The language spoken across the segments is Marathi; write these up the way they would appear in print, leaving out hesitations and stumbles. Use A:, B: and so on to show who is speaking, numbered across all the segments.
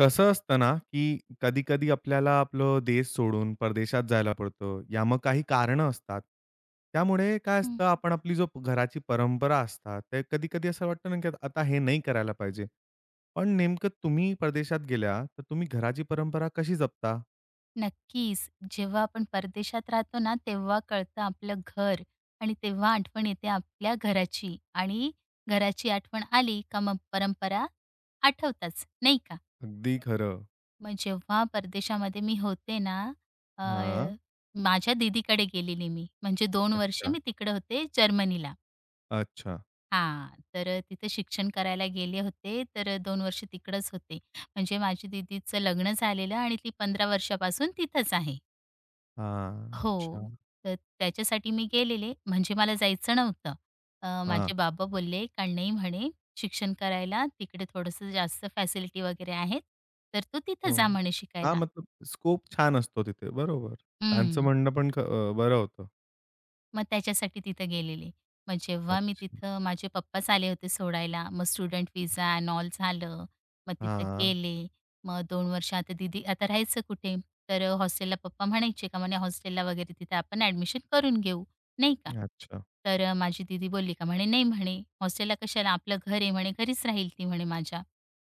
A: कसं असतं ना, की कधी-कधी आपल्याला आपलं देश सोडून परदेशात जायला पडतं, या मग काही कारणं असतात. त्यामुळे काय
B: हं,
A: असतं, आपण आपली जो घराची परंपरा असतात, ते कधी-कधी असं वाटतं ना, की आता हे नाही करायला पाहिजे. पण नेमकं तुम्ही परदेशात गेल्या, तर तुम्ही घराची परंपरा कशी जपता?
B: नक्कीच. जेव्हा आपण परदेशात राहतो ना, तेव्हा कळतं आपलं घर आणि तेव्हा आठवण येते आपल्या घराची आणि घराची आठवण आली का मग परंपरा आठवताच, नाही का?
A: अगदी खरं.
B: मग जेव्हा परदेशामध्ये मी होते ना,
A: हां.
B: अ, माझ्या दीदीकडे गेलेली मी. म्हणजे 2 वर्ष
A: अच्छा.
B: मी तिकडे होते जर्मनीला.
A: अच्छा.
B: हां, तर शिक्षण करायला गेले होते, तर वर्ष तिकडंच होते. म्हणजे माझी दीदीचं लग्न झालेलं आणि ती 15 वर्षापासून तिथंच आहे.
A: हां. अच्छा.
B: हो. तर त्याच्यासाठी मी गेलेले. म्हणजे मला जायचं नव्हतं.
A: हां.
B: माझे बाबा बोलले, "का नाही," म्हणे, "शिक्षण करायला तिकडे थोडंसं जास्त फॅसिलिटी वगैरे आहेत, तर तू तिथं जा,"
A: हो.
B: म्हणे,
A: हां,
B: "शिकायला."
A: मतलब स्कोप छान असतो तिथे. बरोबर. त्यांचं
B: हं.
A: म्हणणं पण बरं होतं.
B: मग त्याच्यासाठी तिथं गेलेले. मग जेव्हा मी
A: अच्छा.
B: तिथं माझे पप्पाच आले होते सोडायला. मग स्टुडंट व्हिसा अँड ऑल झालं. मग तिथं
A: हां.
B: गेले. मग 2 वर्ष आता दीदी राहायचं कुठे? तर हॉस्टेलला पप्पा म्हणायचे का म्हणे हॉस्टेलला वगैरे तिथे आपण ॲडमिशन करून घेऊ, नाही का.
A: अच्छा.
B: तर माझी दीदी बोलली का म्हणे, "नाही म्हणे हॉस्टेलला कशाला आपलं घर आहे म्हणे घरीच राहील ती म्हणे माझ्या.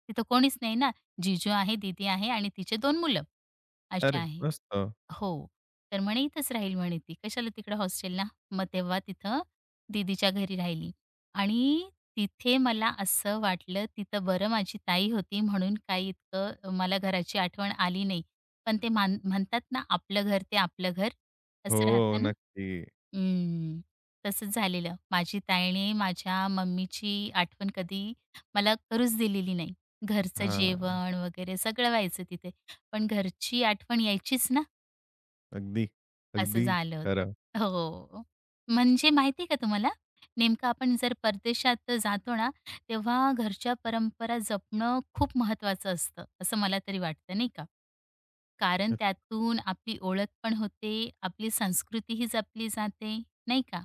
B: तिथं कोणीच नाही ना, जीजू आहे, दीदी आहे आणि तिचे 2 मुलं." असे
A: अरे
B: आहे.
A: मस्त.
B: हो. तर म्हणे इथंच राहील म्हणे ती, कशाला तिकडं हॉस्टेलला. मग तेव्हा तिथं दीदीच्या घरी राहिली आणि तिथे मला असं वाटलं, तिथं बरं माझी ताई होती म्हणून काही इतकं मला घराची आठवण आली नाही. पण ते मान म्हणतात ना, आपलं घर ते आपलं घर असं
A: हो,
B: राहतं ना.
A: नक्की.
B: हं. तसंच झालेलं. माझी ताईने माझ्या मम्मीची आठवण कधी मला करूच दिलेली नाही. घरचं
A: हां.
B: जेवण वगैरे सगळं व्हायचं तिथे, पण घरची आठवण यायचीच ना.
A: अगदी,
B: असं
A: अगदी
B: झालं होतं.
A: खरं.
B: हो. म्हणजे माहिती आहे का तुम्हाला, नेमकं आपण जर परदेशात जातो ना, तेव्हा घरच्या परंपरा जपणं खूप महत्त्वाचं असतं, असं मला तरी वाटतं नाही का? कारण त्यातून आपली ओळख पण होते, आपली संस्कृतीही जपली जाते, नाही का?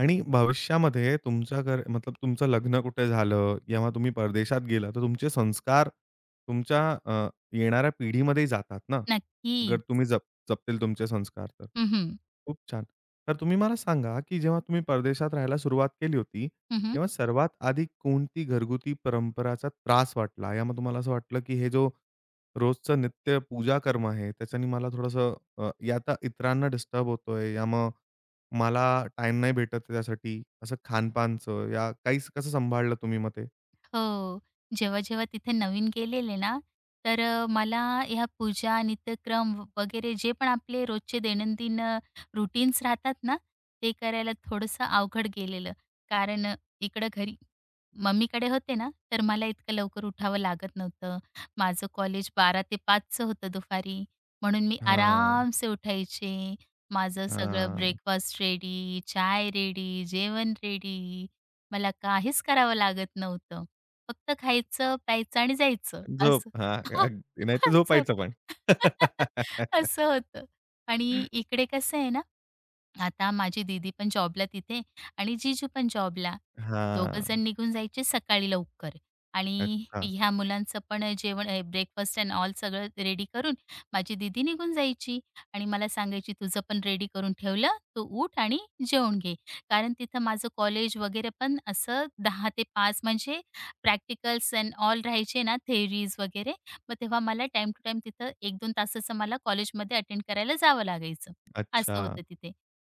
A: आणि भविष्यामध्ये तुमच्या घर मतलब तुमचं लग्न कुठे झालं, जेव्हा तुम्ही परदेशात गेला, तर तुमचे संस्कार तुमच्या येणाऱ्या पिढीमध्येही जातात ना, अगर
B: नक्कीच.
A: तुम्ही जपतील तुमचे संस्कार तर.
B: हं, हं.
A: खूप छान. तर तुम्ही मला सांगा, की जेव्हा तुम्ही परदेशात राहायला सुरुवात केली होती, तेव्हा सर्वात आधी कोणती घरगुती परंपराचा त्रास वाटला? या मग तुम्हाला असं वाटलं, की हे जो रोजचं नित्य पूजा कर्म आहे, त्याच्याने मला थोडंसं या आता इतरांना डिस्टर्ब होतोय, या मग मला टाईम नाही भेटत आहे त्यासाठी. असं खानपानचं या काहीच कसं सांभाळलं तुम्ही मग ते?
B: हो. जेव्हा-जेव्हा तिथे नवीन गेलेले ना, तर मला ह्या पूजा, नित्यक्रम वगैरे जे पण आपले रोजचे दैनंदिन रूटीन्स राहतात ना, ते करायला थोडंसं अवघड गेलेलं. कारण इकडं घरी मम्मीकडे होते ना, तर मला इतकं लवकर उठावं लागत नव्हतं. माझं कॉलेज 12 ते 5 होतं दुपारी. म्हणून मी
A: हां,
B: आरामसे उठायचे. माझं सगळं
A: हां.
B: ब्रेकफास्ट रेडी, चाय रेडी, जेवण रेडी. मला काहीच करावं लागत नव्हतं. फक्त खायचं, प्यायचं आणि जायचं
A: झोप.
B: असं.
A: हां, अगदी नाहीतर
B: असं.
A: झोपायचं पण.
B: असं होतं आणि इकडे कसं आहे ना, आता माझी दीदी पण जॉबला तिथे आणि जीजू पण जॉबला. दोघं जण
A: हां.
B: निघून जायचे सकाळी लवकर आणि
A: अच्छा,
B: ह्या मुलांचं पण जेवण ब्रेकफास्ट अँड ऑल सगळं रेडी करून माझी दीदी निघून जायची आणि मला सांगायची, "तुझं पण रेडी करून ठेवलं, तू उठ आणि जेवून घे." कारण तिथं माझं कॉलेज वगैरे पण असं 10 ते 5 म्हणजे प्रॅक्टिकल्स अँड ऑल राहायचे ना, थेअरीज वगैरे. मग तेव्हा मला टाईम टू टाईम तिथं 1-2 तासाचं मला कॉलेजमध्ये अटेंड करायला जावं लागायचं. असं
A: अच्छा.
B: होतं तिथे.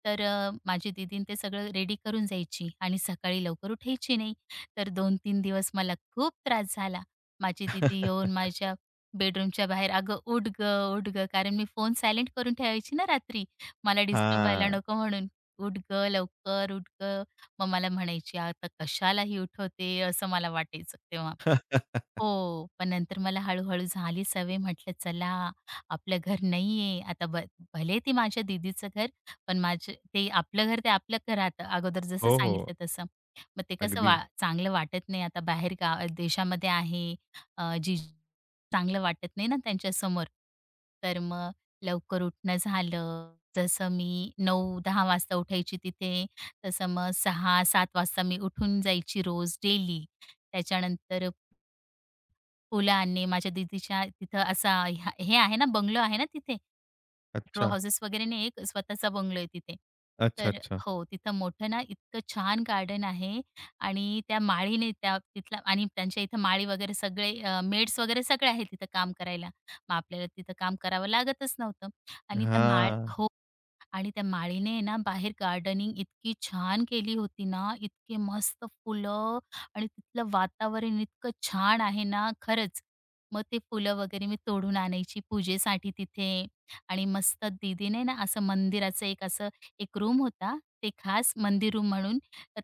B: तर माझी दीदी अन् ते सगळं रेडी करून जायची आणि सकाळी लवकर उठायची नाही. तर 2-3 दिवस मला खूप त्रास झाला. माझी दीदी येऊन माझ्या बेडरूमच्या बाहेर, "अगं उठ गं, उठ गं." कारण मी फोन सायलेंट करून ठेवायची ना रात्री. मला डिस्टर्ब व्हायला
A: हां.
B: नको म्हणून. "उठ गं लवकर, उठ गं." मग मला म्हणायची, "आता कशाला ही उठवते?" असं मला वाटायचं तेव्हा. हो. पण नंतर मला हळू-हळू झाली सवय. म्हटलं चला, आपलं घर नाहीये. आता भले ते माझ्या दीदीचं घर, पण माझे ते आपलं घर ते आपलं घर राहतं. अगोदर जसं
A: हो, हो.
B: सांगितलं तसं. मग ते कसं
A: अगदी.
B: वा चांगलं वाटत नाही. आता बाहेर गाव देशामध्ये आहे. जी चांगलं वाटत नाही ना त्यांच्यासमोर. तर मग लवकर उठणं झालं. जसं मी 9-10 वाजता उठायची तिथे, तसं मग 6-7 वाजता मी उठून जायची रोज डेली. त्याच्यानंतर फुलं आणणे, माझ्या दीदीच्या तिथं असा ह्या हे आहे ना, बंगलो आहे ना तिथे, रो
A: अच्छा.
B: हाउसेस वगैरे नाही, एक स्वतःचा बंगलो आहे तिथे.
A: अच्छा,
B: तर
A: अच्छा.
B: हो, तिथं मोठं ना इतकं छान गार्डन आहे आणि त्या माळीने त्या तिथला आणि त्यांच्या इथं माळी वगैरे सगळे मेड्स वगैरे सगळे आहेत तिथं काम करायला. मग आपल्याला तिथं काम करावं लागतच नव्हतं आणि त्या माळ
A: हां.
B: हो. आणि त्या माळीने आहे ना बाहेर गार्डनिंग इतकी छान केली होती ना, इतके मस्त फुलं आणि तिथलं वातावरण इतकं छान आहे ना, खरंच. मग ते फुलं वगैरे मी तोडून आणायची पूजेसाठी तिथे आणि मस्त दीदीने ना असं मंदिराचं एक असं एक रूम होता, ते खास मंदिर रूम म्हणून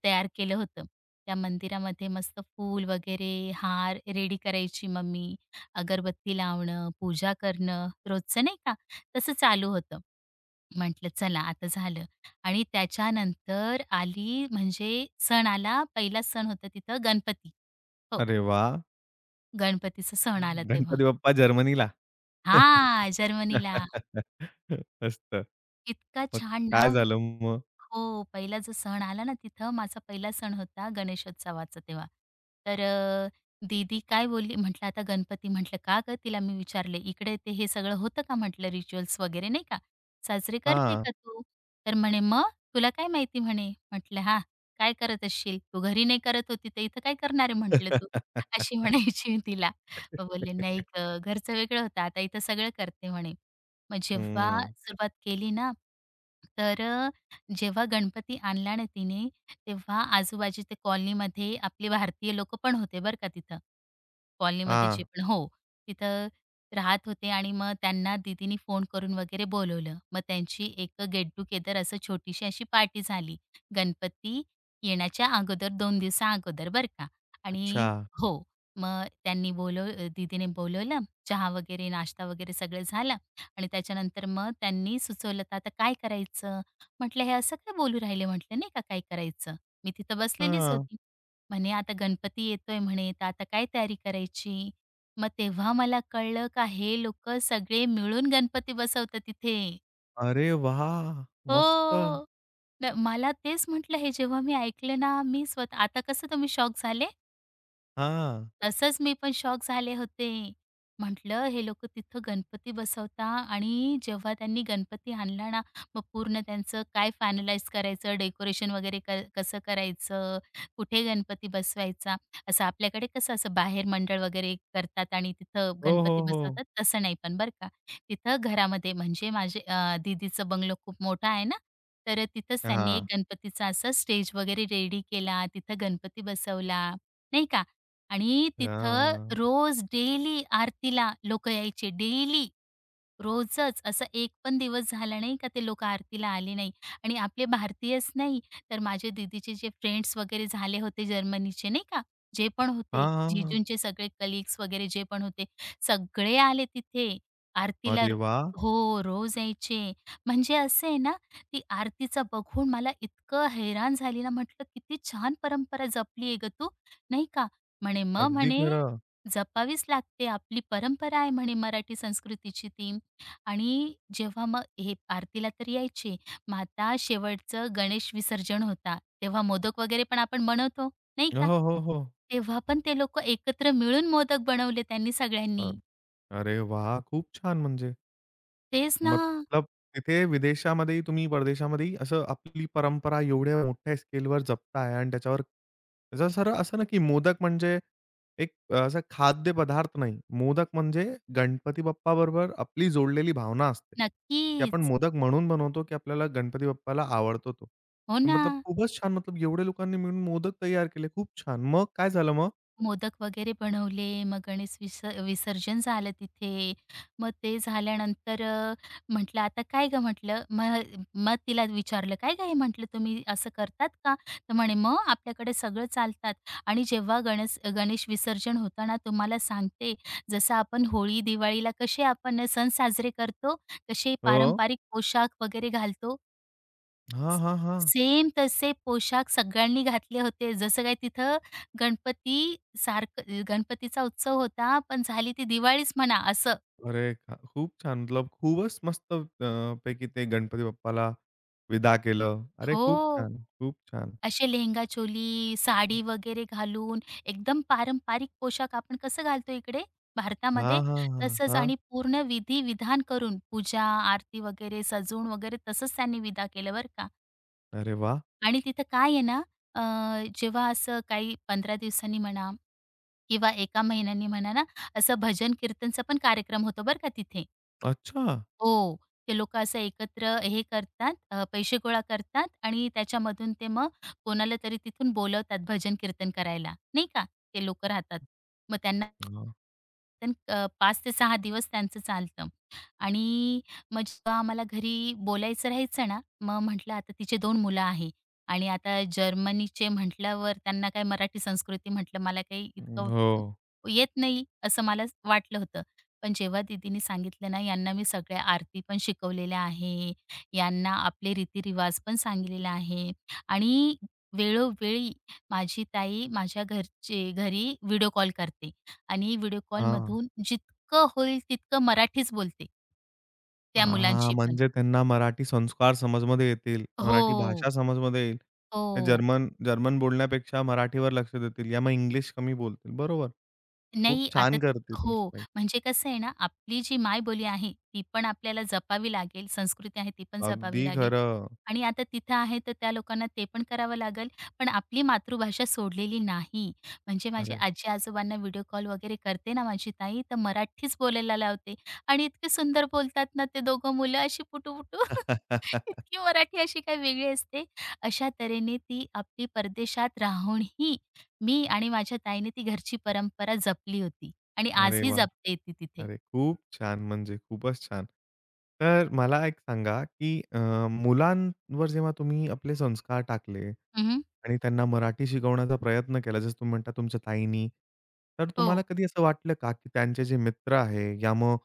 B: तयार केलं होतं. त्या मंदिरामध्ये मस्त फूल वगैरे, हार रेडी करायची मम्मी, अगरबत्ती लावणं, पूजा करणं रोजचं नाही का, तसं चालू होतं. म्हटलं चला आता झालं आणि त्याच्यानंतर आली म्हणजे सण आला. पहिला सण होता तिथं गणपती. हो,
A: अरे वाह!
B: गणपतीचा सण आला तेव्हा.
A: गणपती बाप्पा जर्मनीला.
B: हां, जर्मनीला.
A: मस्त.
B: इतका
A: मग
B: छान ना.
A: काय झालं मग?
B: हो, पहिला जो सण आला ना तिथं माझा पहिला सण होता गणेशोत्सवाचा तेव्हा. तर दीदी काय बोलली म्हटलं, "आता गणपती" म्हटलं, "का गं?" तिला मी विचारले, "इकडे ते हे सगळं होतं का?" म्हटलं, "रिच्युअल्स वगैरे नाही का, साजरे करते
A: हां.
B: का तू?" तर म्हणे, "मग तुला काय माहिती?" म्हणे. म्हटलं, "हां, काय करत असशील? तू घरी नाही करत होती तर इथं काय करणार आहे?" म्हटलं, "तू." अशी म्हणायची मी तिला. मग बोलले, "नाही गं, घरचं वेगळं होतं, आता इथं सगळं करते" म्हणे. मग जेव्हा
A: हं.
B: सुरुवात केली ना, तर जेव्हा गणपती आणला ना तिने, तेव्हा आजूबाजूच्या कॉलनीमध्ये आपले भारतीय लोकं पण होते बरं का तिथं. कॉलनीमध्ये
A: हां.
B: जे पण हो, तिथं राहत होते आणि मग त्यांना दीदीने फोन करून वगैरे बोलवलं. मग त्यांची एक गेट टुगेदर असं छोटीशी अशी पार्टी झाली. गणपती येण्याच्या अगोदर 2 दिवसा अगोदर बरं का
A: अच्छा.
B: आणि हो, मग त्यांनी बोलव दीदीने बोलवलं. चहा वगैरे, नाश्ता वगैरे सगळं झालं आणि त्याच्यानंतर मग त्यांनी सुचवलं, "तर आता काय करायचं?" म्हटलं, "हे असं काय बोलू राहिले?" म्हटलं, "नाही का काय करायचं?" मी तिथं बसलेलीच
A: हां.
B: होती. म्हणे, "आता गणपती येतोय" म्हणे, "तर आता काय तयारी करायची?" मग तेव्हा मला कळलं का हे लोकं सगळे मिळून गणपती बसवतात तिथे.
A: अरे वाह! मस्त.
B: हो. न मला तेच म्हटलं हे जेव्हा मी ऐकलं ना, मी स्वतः आता कसं तुम्ही शॉक झाले?
A: हां.
B: तसंच मी पण शॉक झाले होते. म्हटलं हे लोकं तिथं गणपती बसवता आणि जेव्हा त्यांनी गणपती आणला ना, मग पूर्ण त्यांचं काय फायनलाइज करायचं, डेकोरेशन वगैरे कसं करायचं, कुठे गणपती बसवायचा. असं आपल्याकडे कसं असं बाहेर मंडळ वगैरे करतात आणि तिथं
A: हो, हो,
B: गणपती
A: हो.
B: बसवतात, तसं नाही पण बरं का. तिथं घरामध्ये म्हणजे माझे दीदीचं बंगलो खूप मोठा आहे ना, तर तिथंच त्यांनी एक
A: हां.
B: गणपतीचा असा स्टेज वगैरे रेडी केला, तिथं गणपती बसवला, नाही का. आणि तिथं
A: हां.
B: रोज डेली आरतीला लोकं यायचे, डेली. रोजच असा एक पण दिवस झाला नाही का ते लोकं आरतीला आले नाही आणि आपले भारतीयच नाही, तर माझे दीदीचे जे फ्रेंड्स वगैरे झाले होते जर्मनीचे नाही का, जे पण होते,
A: हां, हां, हां.
B: जीजूंचे सगळे कलीग्स वगैरे जे पण होते, सगळे आले तिथे आरतीला.
A: अरे वाह!
B: हो, रोज यायचे. म्हणजे असं आहे ना, ती आरतीचं बघून मला इतकं हैराण झाली ना, म्हटलं, "किती छान परंपरा जपली आहे गं तू," नाही का. म्हणे, "मग
A: अगदी
B: म्हणे
A: खरं.
B: जपावीच लागते, आपली परंपरा आहे म्हणे मराठी संस्कृतीची ती." आणि जेव्हा मग हे आरतीला तर यायचे. मग आता शेवटचं गणेश विसर्जन होता. तेव्हा मोदक वगैरे पण आपण बनवतो, नाही का?
A: हो, हो, हो.
B: तेव्हा पण ते लोकं एकत्र मिळून मोदक बनवले त्यांनी
A: अ,
B: सगळ्यांनी.
A: अरे वाह! खूप छान म्हणजे.
B: तेच ना.
A: मतलब तिथे विदेशामध्येही तुम्ही परदेशामध्येही असं आपली परंपरा एवढ्या मोठ्या स्केलवर जपताय आणि त्याच्यावर त्याचं सर असं ना, की मोदक म्हणजे एक असा खाद्यपदार्थ नाही. मोदक म्हणजे गणपती बाप्पाबरोबर आपली जोडलेली भावना असते, की आपण
B: नक्कीच.
A: मोदक म्हणून बनवतो, की आपल्याला गणपती बाप्पाला आवडतो तो.
B: हो
A: तर
B: ना.
A: मतलब खूपच छान, मतलब एवढ्या लोकांनी मिळून मोदक तयार केले. खूप छान. मग काय झालं मग?
B: मोदक वगैरे बनवले, मग गणेश विस विसर्जन झालं तिथे. मग ते झाल्यानंतर म्हटलं, "आता काय गं?" म्हटलं. मग मग तिला विचारलं, "काय गं हे?" म्हटलं, "तुम्ही असं करतात का?" तर म्हणे, "मग आपल्याकडे सगळं चालतात आणि जेव्हा गणेश गणेश विसर्जन होतं ना, तुम्हाला सांगते, जसं आपण होळी, दिवाळीला कसे आपण सण साजरे करतो, तसे
A: हो.
B: पारंपरिक पोशाख वगैरे घालतो.
A: हां, हां, हां.
B: सेम तसे पोशाख सगळ्यांनी घातले होते. जसं काय तिथं गणपती सारखं गणपतीचा उत्सव होता, पण झाली ती दिवाळीच म्हणा असं.
A: अरे! खूप छान. मतलब खूपच मस्त पैकी ते गणपती बाप्पाला विदा केलं. अरे खूप
B: हो.
A: छान, खूप छान.
B: असे लेहंगा चोली, साडी वगैरे घालून एकदम पारंपरिक पोशाख आपण कसं घालतो इकडे
A: हां,
B: भारतामध्ये,
A: हां, हां,
B: तसंच
A: हां.
B: आणि पूर्ण विधी-विधान करून पूजा, आरती वगैरे सजवून वगैरे तसंच त्यांनी विदा केलं बरं का.
A: अरे वाह!
B: आणि तिथं काय आहे ना, अ, जेव्हा असं काही 15 दिवसांनी म्हणा किंवा एका महिन्यानी म्हणा ना, असं भजन कीर्तनचा पण कार्यक्रम होतो बरं का तिथे.
A: अच्छा.
B: हो, ते लोकं असं एकत्र हे करतात, पैसे गोळा करतात आणि त्याच्यामधून ते मग कोणाला तरी तिथून बोलवतात भजन-कीर्तन करायला, नाही का? ते लोकं राहतात. मग त्यांना
A: हां.
B: पण 5 ते 6 दिवस त्यांचं चालतं आणि मग जेव्हा आम्हाला घरी बोलायचं राहायचं ना, मग म्हटलं आता तिचे 2 मुलं आहे आणि आता जर्मनीचे म्हटल्यावर त्यांना काय मराठी संस्कृती म्हटलं मला काही इतकं
A: हो.
B: येत नाही, असं मला वाटलं होतं. पण जेव्हा दीदीने सांगितलं ना, यांना मी सगळ्या आरती पण शिकवलेल्या आहे, यांना आपले रीतिरिवाज पण सांगितलेला आहे आणि वेळोवेळी माझी ताई माझ्या घरचे घरी व्हिडिओ कॉल करते आणि व्हिडिओ
A: हां.
B: कॉलमधून जितकं होईल तितकं मराठीच बोलते त्या
A: हां,
B: मुलांशी पण.
A: म्हणजे त्यांना मराठी संस्कार समजमध्ये येतील, मराठी
B: हो,
A: भाषा समजमध्ये येईल. ते
B: हो.
A: जर्मन जर्मन बोलण्यापेक्षा मराठीवर लक्ष देतील, या मग इंग्लिश कमी बोलतील. बरोबर. खूप
B: नाही आता
A: छान करते तुमची
B: हो,
A: ताई.
B: म्हणजे कसं आहे ना, आपली जी मायबोली आहे, ती पण आपल्याला जपावी लागेल. संस्कृती आहे, ती पण
A: अगदी
B: जपावी लागेल.
A: खरं.
B: आणि आता तिथं आहे, तर त्या लोकांना ते पण करावं लागेल. पण आपली मातृभाषा सोडलेली नाही. म्हणजे माझे
A: अरे.
B: आजी-आजोबांना व्हिडिओ कॉल वगैरे करते ना माझी ताई, तर मराठीच बोलायला लावते. आणि इतके सुंदर बोलतात ना ते दोघं मुलं अशी पुटू-पुटू. इतकी मराठी अशी काही वेगळी असते. अशा तऱ्हेने ती आपली परदेशात राहूनही मी आणि माझ्या ताईने ती घरची परंपरा जपली होती आणि
A: अरे
B: आजही
A: वाह!
B: जपते ती तिथे.
A: अरे, खूप छान! म्हणजे खूपच छान. तर मला एक सांगा, की मुलांवर जेव्हा तुम्ही आपले संस्कार टाकले
B: हं, हं.
A: आणि त्यांना मराठी शिकवण्याचा प्रयत्न केला, जसं तुम्ही म्हणता तुमच्या ताईंनी, तर
B: हो,
A: तुम्हाला कधी असं वाटलं का, की त्यांचे जे मित्र आहे या मग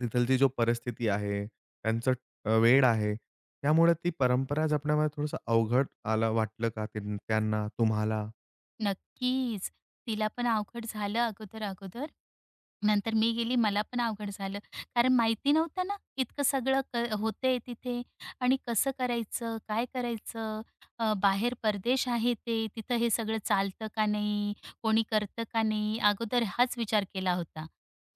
A: तिथलची जी परिस्थिती आहे, त्यांचं वेळ आहे, त्यामुळे ती परंपरा जपण्यामध्ये थोडंसं अवघड आलं वाटलं का त्यांना, तुम्हाला?
B: नक्कीच. तिला पण अवघड झालं अगोदर-अगोदर. नंतर मी गेली, मला पण अवघड झालं. कारण माहिती नव्हतं ना, इतकं सगळं होतंय तिथे आणि कसं करायचं, काय करायचं? बाहेर परदेश आहे ते, तिथं हे सगळं चालतं का नाही? कोणी करतं का नाही? अगोदर हाच विचार केला होता.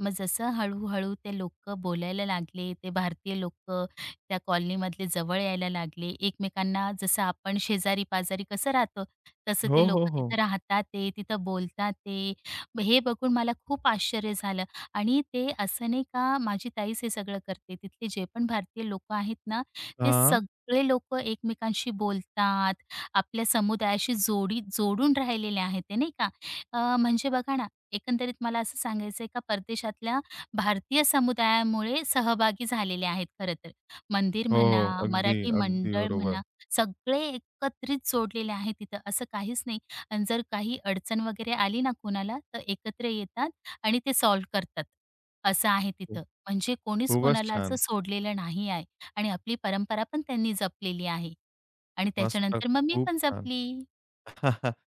B: मग जसं हळू-हळू ते लोकं बोलायला लागले, ते भारतीय लोकं त्या कॉलनीमधले जवळ यायला लागले. एकमेकांना जसं आपण शेजारी-पाजारी कसं राहतो, तसं
A: हो,
B: ते
A: हो,
B: लोकं
A: हो.
B: तिथं राहतात, ते तिथं बोलतात ते. हे बघून मला खूप आश्चर्य झालं आणि ते असं नाही का माझी ताईच हे सगळं करते. तिथले जे पण भारतीय लोकं आहेत ना, ते
A: हां.
B: सगळे लोकं एकमेकांशी बोलतात, आपल्या समुदायाशी जोडी जोडून राहिलेले आहेत ते नाही का. म्हणजे बघा ना, एकंदरीत मला असं सांगायचंय का परदेशातल्या भारतीय समुदायामुळे सहभागी झालेले आहेत खरं तर. मंदिर
A: हो,
B: म्हणा,
A: हो. अगदी,
B: मराठी
A: अगदी
B: मंडळ
A: बरोबर.
B: म्हणा, सगळे एकत्रित जोडलेले आहेत तिथं. असं काहीच नाही आणि जर काही अडचण वगैरे आली ना कोणाला, तर एकत्र येतात आणि ते सॉल्व्ह करतात. असं आहे तिथं. म्हणजे कोणीच
A: खूपच
B: कोणाला असं
A: छान.
B: सोडलेलं नाही आहे आणि आपली परंपरा पण त्यांनी जपलेली आहे आणि
A: मस्त.
B: त्याच्यानंतर मग मी
A: खूप
B: पण
A: छान.
B: जपली.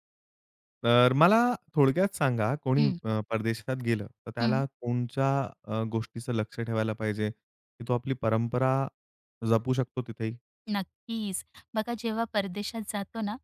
A: तर मला थोडक्यात सांगा कोणी
B: हं,
A: परदेशात गेलं, तर
B: हं.
A: त्याला कोणच्या गोष्टीचं लक्ष ठेवायला पाहिजे, की तो आपली परंपरा जपू शकतो तिथेही?
B: नक्कीच. बघा जेव्हा परदेशात जातो ना,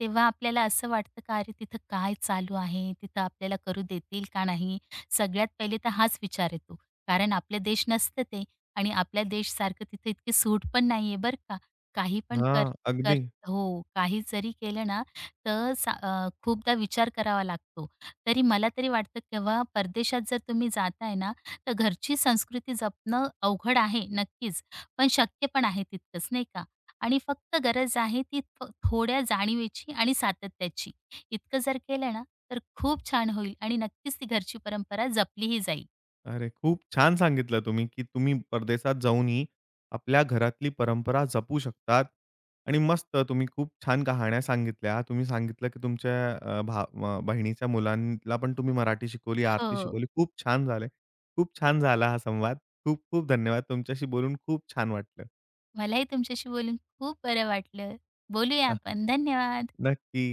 B: तेव्हा आपल्याला असं वाटतं का अरे तिथं काय चालू आहे? तिथं आपल्याला करू देतील का नाही? सगळ्यात पहिले तर हाच विचार येतो. कारण आपले देश नसतं ते आणि आपल्या देशसारखं तिथे इतकी सूट पण नाहीये बरं का. काही पण कर
A: हां,
B: कर
A: अगदी.
B: हो, काही जरी केलं ना, तर खूपदा विचार करावा लागतो. तरी मला तरी वाटतं तेव्हा परदेशात जर तुम्ही जाताय ना, तर घरची संस्कृती जपणं अवघड आहे नक्कीच, पण शक्य पण आहे तितकंच नाही का? आणि फक्त गरज आहे ती थोड्या जाणीवेची आणि सातत्याची. इतकं जर केलं ना, तर खूप छान होईल आणि नक्कीच ती घरची परंपरा जपलीही जाईल.
A: अरे, खूप छान सांगितलं तुम्ही, की तुम्ही परदेशात जाऊनही आपल्या घरातली परंपरा जपू शकतात आणि मस्त तुम्ही खूप छान कहाण्या सांगितल्या. तुम्ही सांगितलं, की तुमच्या बहिणीच्या मुलांना पण तुम्ही मराठी शिकवली, आरती
B: हो,
A: शिकवली. खूप छान झाले. खूप छान झाला हा संवाद. खूप खूप धन्यवाद. तुमच्याशी बोलून खूप छान वाटलं.
B: मलाही तुमच्याशी बोलून खूप बरं वाटलं. बोलूया आपण. धन्यवाद.
A: नक्की.